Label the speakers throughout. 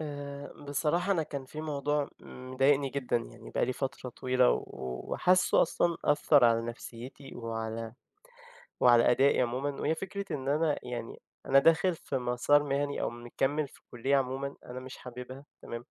Speaker 1: بصراحة أنا كان في موضوع مضايقني جدًا يعني بقى لي فترة طويلة، و وحاسُّه أصلًا أثّر على نفسيتي وعلى أدائي عمومًا، وهي فكرة إن أنا يعني أنا داخل في مسار مهني أو مكمّل في كُلّية عمومًا أنا مش حاببها تمام،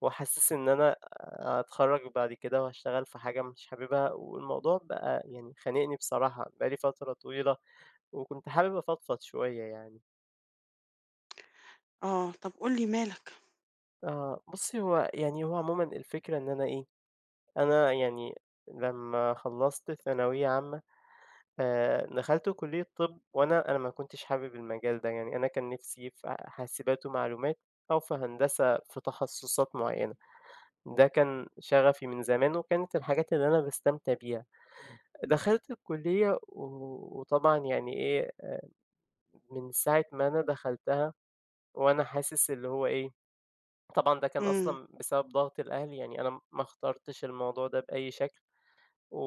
Speaker 1: وحاسِس إن أنا هاتخرّج بعد كده وهاشتغل في حاجة مش حاببها، والموضوع بقى يعني خانقني بصراحة بقى لي فترة طويلة، وكنت حابب أفضفض شوية يعني.
Speaker 2: آه، طب قُل لي مالك؟
Speaker 1: آه، بُصّي هو يعني هو عمومًا الفكرة إن أنا إيه أنا يعني لمّا خلّصت ثانوية عامة. دخلت كلية طِب وأنا ما كنتش حابب المجال ده، يعني أنا كان نِفْسي في حاسبات ومعلومات أو في هندسة في تخصصات معيّنة، ده كان شغفي من زمان وكانت الحاجات اللي أنا باستمتع بيها. دخلت الكلية و وطبعًا يعني إيه، من ساعة ما أنا دخلتها وأنا حاسس اللي هو إيه، طبعًا ده كان
Speaker 2: إمم،
Speaker 1: أصلًا بسبب ضغط الأهل، يعني أنا ما اخترتش الموضوع ده بأي شكل. و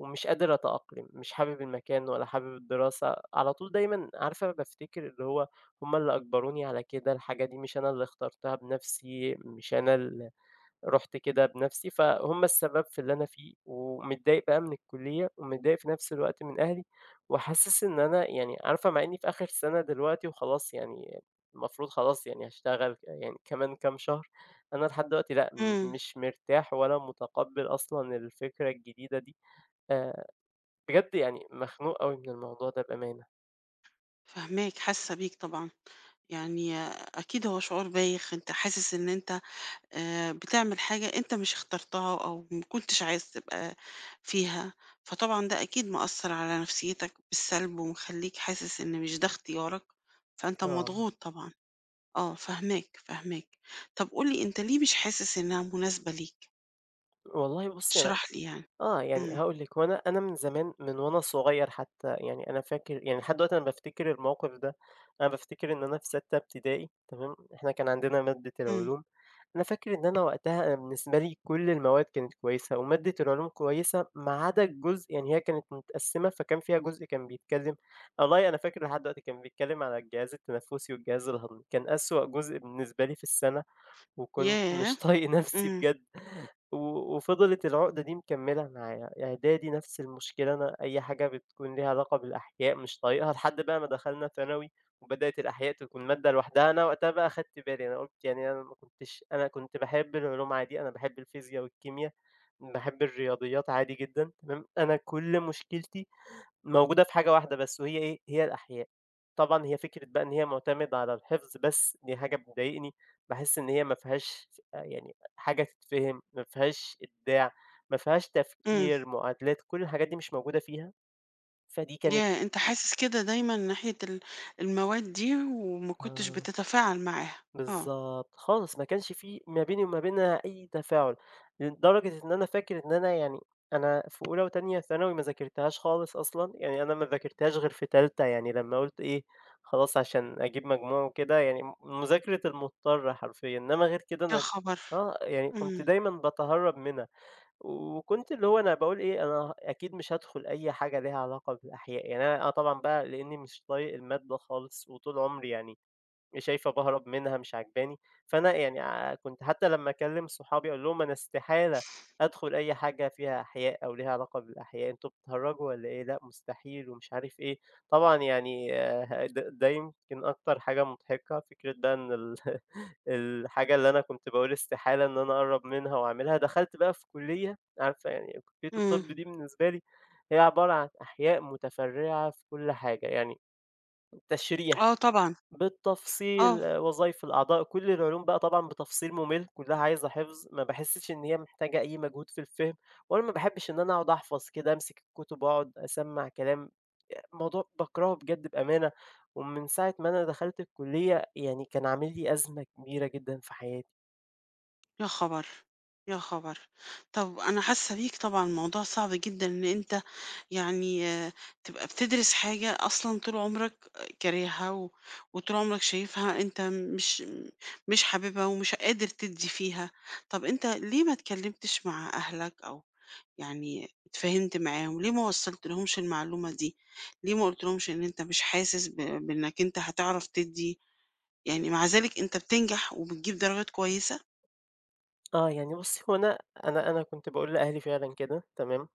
Speaker 1: ومش قادر أتأقلم، مش حابب المكان ولا حابب الدراسة، على طول دايمًا عارفة بافتكر اللي هو هم اللي أجبروني على كده، الحاجة دي مش أنا اللي اخترتها بنفسي، مش أنا اللي رُحت كده بنفسي، فهم السبب في اللي أنا فيه، ومتضايق بقى من الكلية، ومتضايق في نفس الوقت من أهلي، وحاسس إن أنا يعني عارفة مع إني في آخر سنة دلوقتي وخلاص يعني المفروض خلاص يعني هاشتغل يعني كمان كام شهر، أنا لحد دلوقتي لأ،
Speaker 2: إمم،
Speaker 1: مش مرتاح ولا متقبل أصلًا الفكرة الجديدة دي. آآ بجد يعني مخنوق أوي من الموضوع ده بأمانة.
Speaker 2: فاهماك، حاسة بيك طبعًا، يعني أكيد هو شعور بايخ، أنت حاسس إن أنت بتعمل حاجة أنت مش اخترتها أو ما كنتش عايز تبقى فيها، فطبعًا ده أكيد مأثّر على نفسيتك بالسلب ومخلّيك حاسس إن مش ده اختيارك، فأنت
Speaker 1: آه.
Speaker 2: مضغوط طبعًا، آه، فاهماك، فاهماك. طب قُل لي أنت ليه مش حاسس إنها مناسبة ليك؟
Speaker 1: والله بُصّي أنا.
Speaker 2: اشرح لي يعني.
Speaker 1: آه، يعني
Speaker 2: إمم،
Speaker 1: هاقول لِك، هو أنا من زمان وأنا صغير حتى يعني أنا فاكر يعني لحد دلوقتي أنا بافتكر الموقف ده، أنا بافتكر إن أنا في سَتّة ابتدائي تمام، إحنا كان عندنا مادة
Speaker 2: إمم،
Speaker 1: العلوم، أنا فاكر إن أنا وقتها أنا بالنسبة لي كل المواد كانت كويسة ومادة العلوم كويسة ما عدا الجزء يعني هي كانت متقسّمة فكان فيها جزء كان بيتكلّم، والله أنا فاكر لحد دلوقتي كان بيتكلّم على الجهاز التنفُّسي والجهاز الهضمي، كان أسوأ جزء بالنسبة لي في السَنة وكنت مش
Speaker 2: ياه!
Speaker 1: طايق نفسي
Speaker 2: إمم،
Speaker 1: بجد. و وفضلت العقدة دي مكمّلة معايا، إعدادي نفس المشكلة، أنا أي حاجة بتكون ليها علاقة بالأحياء مش طايقها، لحد بقى ما دخلنا ثانوي وبدأت الأحياء تكون مادة لوحدها، أنا وقتها بقى أخدت بالي، أنا قُلت يعني أنا ما كنتش، أنا كنت باحب العلوم عادي، أنا باحب الفيزيا والكيميا، باحب الرياضيات عادي جدًا، تمام، أنا كل مشكلتي موجودة في حاجة واحدة بس وهي إيه، هي الأحياء. طبعًا هي فكرة بقى إن هي معتمدة على الحفظ بس، دي حاجة بتضايقني، باحس إن هي ما فيهاش يعني حاجة تتفهم، ما فيهاش إبداع، ما فيهاش
Speaker 2: إمم.
Speaker 1: تفكير، معادلات، كل الحاجات دي مش موجودة فيها، فدي كانت.
Speaker 2: ياه! أنت حاسس كده دايمًا ناحية المواد دي وما كنتش
Speaker 1: آه.
Speaker 2: بتتفاعل معاها، آه،
Speaker 1: بالضبط، خالص ما كانش في ما بيني وما بينها أي تفاعل، لدرجة إن أنا فاكر إن أنا يعني أنا في أولى وتانية ثانوي ما ذاكرتهاش خالص أصلًا، يعني أنا ما ذاكرتهاش غير في تالتة، يعني لمّا قُلت إيه خلاص عشان أجيب مجموع وكده يعني مذاكرة المضطر حرفيًا، إنما غير كده
Speaker 2: يا
Speaker 1: أنا.
Speaker 2: خبر!
Speaker 1: آه، يعني كنت
Speaker 2: إمم،
Speaker 1: دايمًا باتهرب منها، وكنت اللي هو أنا باقول إيه أنا أكيد مش هادخل أي حاجة ليها علاقة بالأحياء، يعني أنا آه طبعًا بقى لإني مش طايق المادة خالص، وطول عمري يعني شايفة باهرب منها مش عاجباني، فأنا يعني كنت حتى لمّا أكلم صحابي أقول لهم أنا استحالة أدخل أي حاجة فيها أحياء أو ليها علاقة بالأحياء، أنتم بتهرجوا والّا إيه؟ لأ مستحيل ومش عارف إيه، طبعًا يعني ده يمكن أكتر حاجة مضحكة فكرة بقى إن ال الحاجة اللي أنا كنت باقول استحالة إن أنا أقرب منها وأعملها، دخلت بقى في كلية عارفة يعني كلية
Speaker 2: إمم،
Speaker 1: الطب دي بالنسبة لي هي عبارة عن أحياء متفرعة في كل حاجة، يعني تشريح.
Speaker 2: آه طبعًا،
Speaker 1: بالتفصيل
Speaker 2: آه،
Speaker 1: آه، وظايف الأعضاء، كل العلوم بقى طبعًا بتفصيل مُمِل، كلّها عايزة حفظ، ما باحسّش إن هي محتاجة أي مجهود في الفهم، وأنا ما باحبّش إن أنا أقعد أحفظ كده، أمسك الكُتب وأقعد أسمّع كلام، الموضوع باكرهه بجد بأمانة، ومن ساعة ما أنا دخلت الكُلّية يعني كان عامل لي أزمة كبيرة جدًا في حياتي.
Speaker 2: يا خبر! يا خبر! طَب أنا حاسة بيك طبعًا، الموضوع صعب جدًا إن أنت يعني تبقى بتدرس حاجة أصلًا طول عمرك كارهها وطول عمرك شايفها أنت مش حاببها ومش قادر تدّي فيها، طب أنت ليه ما اتكلمتش مع أهلك أو يعني اتفاهمت معاهم، ليه ما وصّلتلهمش المعلومة دي، ليه ما قُلتلهمش إن أنت مش حاسس بإنك أنت هتعرف تدّي يعني مع ذلك أنت بتنجح وبتجيب درجات كويسة؟
Speaker 1: آه، يعني بُصّي هو أنا، أنا كنت باقول لأهلي فعلًا كده تمام،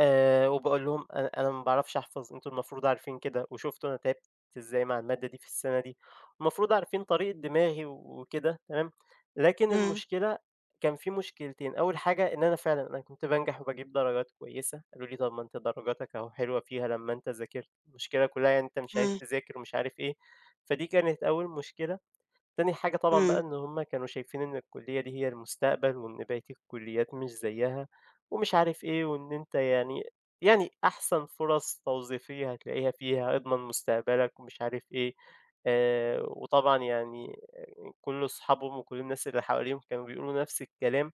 Speaker 1: وباقول لهم أنا ما باعرفش أحفظ، أنتم المفروض عارفين كده، وشُفتوا أنا تعبت إزاي مع المادة دي في السنة دي، المفروض عارفين طريقة دماغي و- وكده تمام، لكن
Speaker 2: إمم،
Speaker 1: المشكلة كان في مشكلتين، أول حاجة إن أنا فعلًا أنا كنت بانجح وباجيب درجات كويسة، قالوا لي: "طَب ما أنت درجاتك أهو حلوة فيها لمّا أنت ذاكرت، المشكلة كلها يعني أنت مش عايز
Speaker 2: إمم،
Speaker 1: تذاكر" ومش عارف إيه، فدي كانت أول مشكلة. تاني حاجة طبعًا بقى
Speaker 2: إمم.
Speaker 1: إن هُم كانوا شايفين إن الكُلّية دي هي المستقبل، وإن بقية الكُلّيات مش زيّها ومش عارف إيه، وإن أنت يعني يعني أحسن فرص توظيفية هتلاقيها فيها، اضمن مستقبلك ومش عارف إيه. وطبعًا يعني كل أصحابهم وكل الناس اللي حواليهم كانوا بيقولوا نفس الكلام.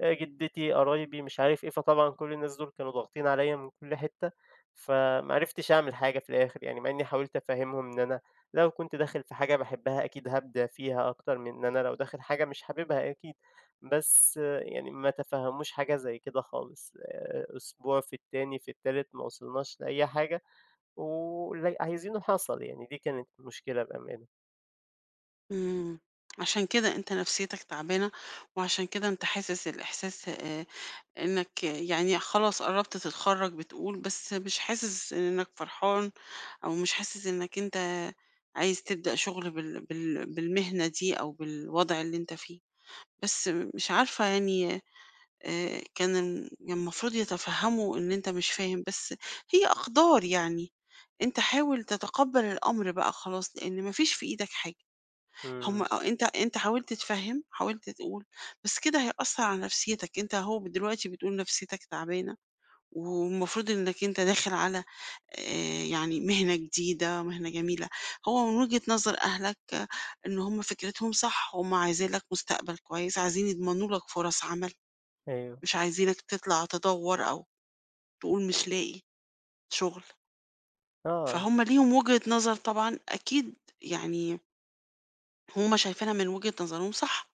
Speaker 1: جدتي، قرايبي، مش عارف إيه، فطبعًا كل الناس دول كانوا ضاغطين عليَّ من كل حتة، فما عرفتش أعمل حاجة في الآخر يعني، مع إني حاولت أفهّمهم إن أنا لو كنت داخل في حاجة باحبها أكيد هابدع فيها أكتر من إن أنا لو داخل حاجة مش حاببها أكيد، بس آه، يعني ما تفهّموش حاجة زي كده خالص، أسبوع في التاني في التالت ما وصلناش لأي حاجة، واللي عايزينه حصل يعني، دي كانت المشكلة بأمانة.
Speaker 2: إمم، عشان كده أنت نفسيتك تعبانة، وعشان كده أنت حاسس الإحساس إنك يعني خلاص قرّبت تتخرّج بتقول، بس مش حاسس إنك فرحان، أو مش حاسس إنك أنت عايز تبدأ شغل بالمهنة دي أو بالوضع اللي أنت فيه، بس مش عارفة يعني كان المفروض يتفهموا إن أنت مش فاهم، بس هي أقدار يعني، أنت حاول تتقبل الأمر بقى خلاص، لإن ما فيش في إيدك حاجة. هم
Speaker 1: إمم،
Speaker 2: آه، أنت حاولت تفهّم، حاولت تقول، بس كده هيأثّر على نفسيتك، أنت أهو دلوقتي بتقول نفسيتك تعبانة، والمفروض إنّك أنت داخل على يعني مهنة جديدة، مهنة جميلة، هو من وجهة نظر أهلك آه، إن هم فكرتهم صح، هم عايزين لك مستقبل كويس، عايزين يضمنوا لك فرص عمل،
Speaker 1: أيوه،
Speaker 2: مش عايزينك تطلع تدوّر أو تقول مش لاقي شغل،
Speaker 1: آه،
Speaker 2: فهُم ليهم وجهة نظر طبعًا أكيد يعني هم شايفينها من وجهة نظرهم صح،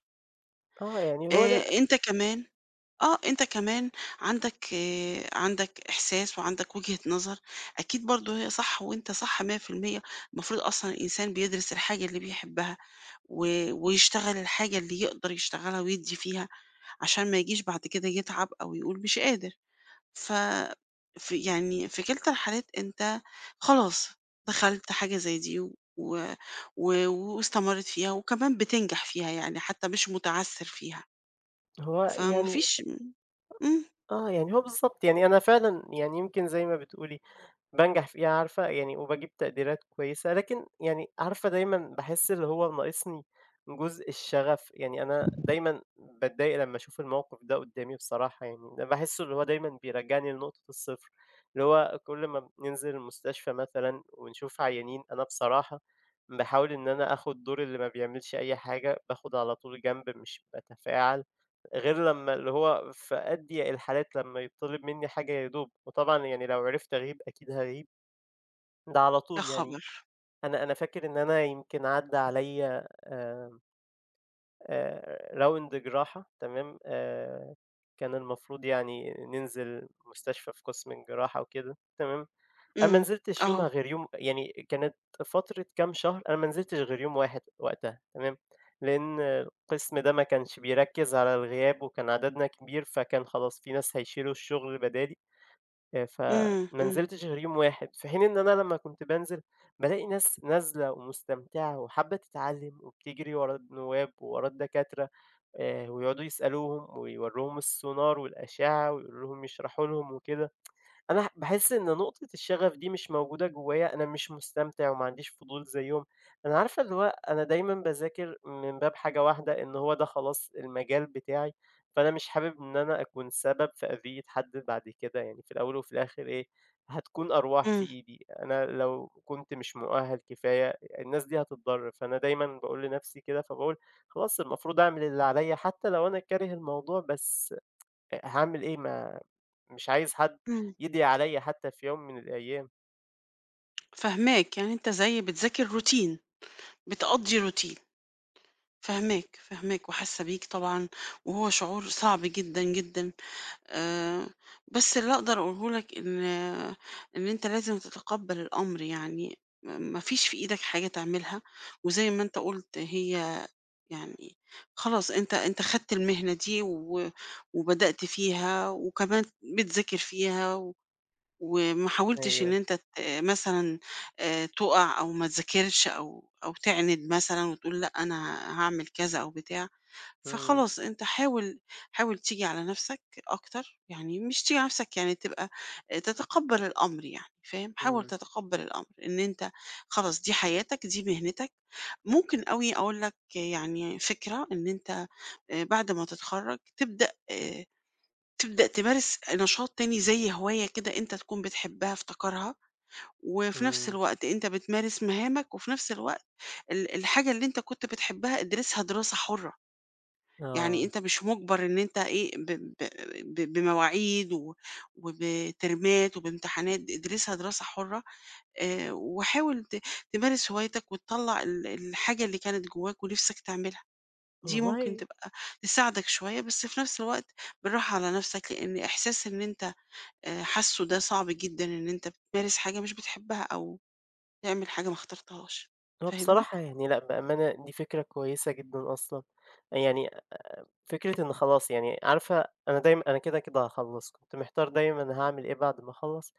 Speaker 1: آه يعني هو أنا
Speaker 2: أنت كمان آه، أنت كمان عندك عندك إحساس وعندك وجهة نظر، أكيد برضه هي صح وأنت صح 100%، المفروض أصلًا الإنسان بيدرس الحاجة اللي بيحبها و ويشتغل الحاجة اللي يقدر يشتغلها ويدّي فيها، عشان ما يجيش بعد كده يتعب أو يقول مش قادر. ف ف يعني في كلتا الحالات أنت خلاص دخلت حاجة زي دي و و واستمرّيت فيها وكمان بتنجح فيها يعني، حتى مش متعثّر فيها،
Speaker 1: هو
Speaker 2: فما
Speaker 1: يعني
Speaker 2: فيش إمم.
Speaker 1: آه، يعني هو بالضبط، يعني أنا فعلًا يعني يمكن زي ما بتقولي بانجح فيها عارفة، يعني وباجيب تقديرات كويسة، لكن يعني عارفة دايمًا باحس اللي هو ناقصني جزء الشغف، يعني أنا دايمًا باتضايق لمّا أشوف الموقف ده قدّامي بصراحة يعني، ده باحسه اللي هو دايمًا بيرجّعني لنقطة الصفر، اللي هو كل ما بننزل المستشفى مثلًا ونشوف عيانين، أنا بصراحة باحاول إن أنا آخُد دور اللي ما بيعملش أي حاجة، باخُد على طول جنب مش باتفاعل. غير لمّا اللي هو في أضيق الحالات لمّا يطلب منّي حاجة يا دوب، وطبعًا يعني لو عرفت أغيب أكيد هاغيب، ده على
Speaker 2: يا
Speaker 1: طول يعني.
Speaker 2: خبر!
Speaker 1: أنا فاكر إن أنا يمكن عدّى عليّا راوند جراحة تمام، كان المفروض يعني ننزل مستشفى في قسم الجراحة وكده تمام. أنا ما
Speaker 2: إمم،
Speaker 1: نزلتش
Speaker 2: آه،
Speaker 1: يومها غير يوم يعني كانت فترة كام شهر أنا ما نزلتش غير يوم واحد وقتها تمام، لإن القسم ده ما كانش بيركّز على الغياب وكان عددنا كبير، فكان خلاص في ناس هيشيلوا الشغل بدالي،
Speaker 2: إمم،
Speaker 1: فما
Speaker 2: إمم،
Speaker 1: نزلتش غير يوم واحد، في حين إن أنا لمّا كنت بانزل بالاقي ناس نازلة ومستمتعة وحابة تتعلم وبتجري ورا النواب وورا الدكاترة، ويقعدوا يسألوهم ويوروهم السونار والأشعة ويقولوا لهم يشرحوا لهم وكده. أنا باحس إن نقطة الشغف دي مش موجودة جوايا، أنا مش مستمتع وما عنديش فضول زيّهم، أنا عارفة اللي هو أنا دايمًا باذاكر من باب حاجة واحدة، إن هو ده خلاص المجال بتاعي، فأنا مش حابب إن أنا أكون سبب في أذية حد بعد كده، يعني في الأول وفي الآخر إيه، هتكون أرواح في
Speaker 2: إمم،
Speaker 1: إيدي، أنا لو كنت مش مؤهل كفاية الناس دي هتتضر، فأنا دايمًا باقول لنفسي كده، فباقول خلاص المفروض أعمل اللي عليَّ حتى لو أنا كاره الموضوع، بس هاعمل إيه ما مش عايز حد
Speaker 2: إمم،
Speaker 1: يدعي عليَّ حتى في يوم من الأيام.
Speaker 2: فاهماك، يعني أنت زي بتذاكر routine، بتقضّي routine، فاهماك، فاهماك وحاسة بيك طبعًا، وهو شعور صعب جدًا، جدًا، آآ، بس اللي أقدر أقوله لك إن أنت لازم تتقبّل الأمر يعني، ما فيش في إيدك حاجة تعملها، وزي ما أنت قُلت هي يعني خلاص أنت خدت المهنة دي وبدأت فيها، وكمان بتذاكر فيها وما حاولتش إن
Speaker 1: أيوه.
Speaker 2: أنت مثلًا تُقَع أو ما تذاكرش أو تعند مثلًا وتقول لأ أنا هاعمل كذا أو بتاع،
Speaker 1: إمم،
Speaker 2: فخلاص أنت حاول حاول تيجي على نَفْسك أكتر، يعني مش تيجي على نَفْسك يعني تبقى تتقبّل الأمر يعني فاهم، حاول
Speaker 1: إمم،
Speaker 2: تتقبّل الأمر إن أنت خلاص دي حياتك، دي مهنتك، ممكن أوي أقول لك يعني فكرة إن أنت بعد ما تتخرّج تبدأ تمارس نشاط تاني زي هواية كده أنت تكون بتحبها افتكرها، وفي نفس
Speaker 1: إمم.
Speaker 2: الوقت أنت بتمارس مهامك، وفي نفس الوقت الحاجة اللي أنت كنت بتحبها ادرسها دراسة حرة، يعني
Speaker 1: آه.
Speaker 2: أنت مش مُجبر إن أنت إيه ب ب ب بمواعيد وبترمات وبامتحانات، ادرسها دراسة حرة، وحاول تمارس هوايتك وتطلّع الحاجة اللي كانت جواك ونِفْسك تعملها، دي ممكن
Speaker 1: والله
Speaker 2: تبقى تساعدك شوية، بس في نفس الوقت بالراحة على نفْسك، لإن إحساس إن أنت حاسُّه ده صعب جدًا إن أنت بتمارس حاجة مش بتحبها أو تعمل حاجة ما اخترتهاش،
Speaker 1: هو
Speaker 2: فاهمني؟
Speaker 1: بصراحة يعني لأ، بأمانة دي فكرة كويسة جدًا أصلًا. يعني فكرة إن خلاص يعني عارفة أنا دايمًا أنا كده، كده هاخلّص، كنت محتار دايمًا هاعمل إيه بعد ما أخلّص،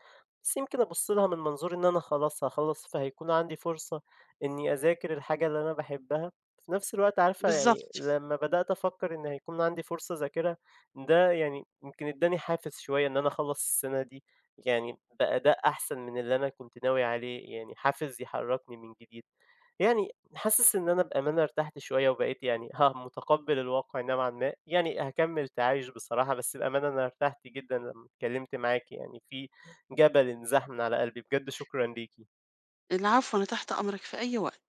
Speaker 1: بس يمكن أبُص لها من منظور إن أنا خلاص هاخلّص، فهيكون عندي فرصة إني أذاكر الحاجة اللي أنا باحبها، في نفس الوقت عارفة يعني
Speaker 2: بالضبط.
Speaker 1: لمّا بدأت أفكّر إن هيكون عندي فرصة أذاكرها، ده يعني يمكن ادّاني حافز شوية إن أنا أخلّص السنة دي، يعني بأداء أحسن من اللي أنا كنت ناوي عليه، يعني حافز يحرّكني من جديد. يعني حاسس إن أنا بأمانة ارتحت شوية وبقيت يعني متقبل الواقع نوعًا ما، يعني هاكمل تعايش بصراحة، بس بأمانة أنا ارتحت جدًا لمّا اتكلمت معاكِ يعني في جبل انزاح من على قلبي، بجد شكرًا ليكِ.
Speaker 2: العفو، أنا تحت أمرك في أي وقت.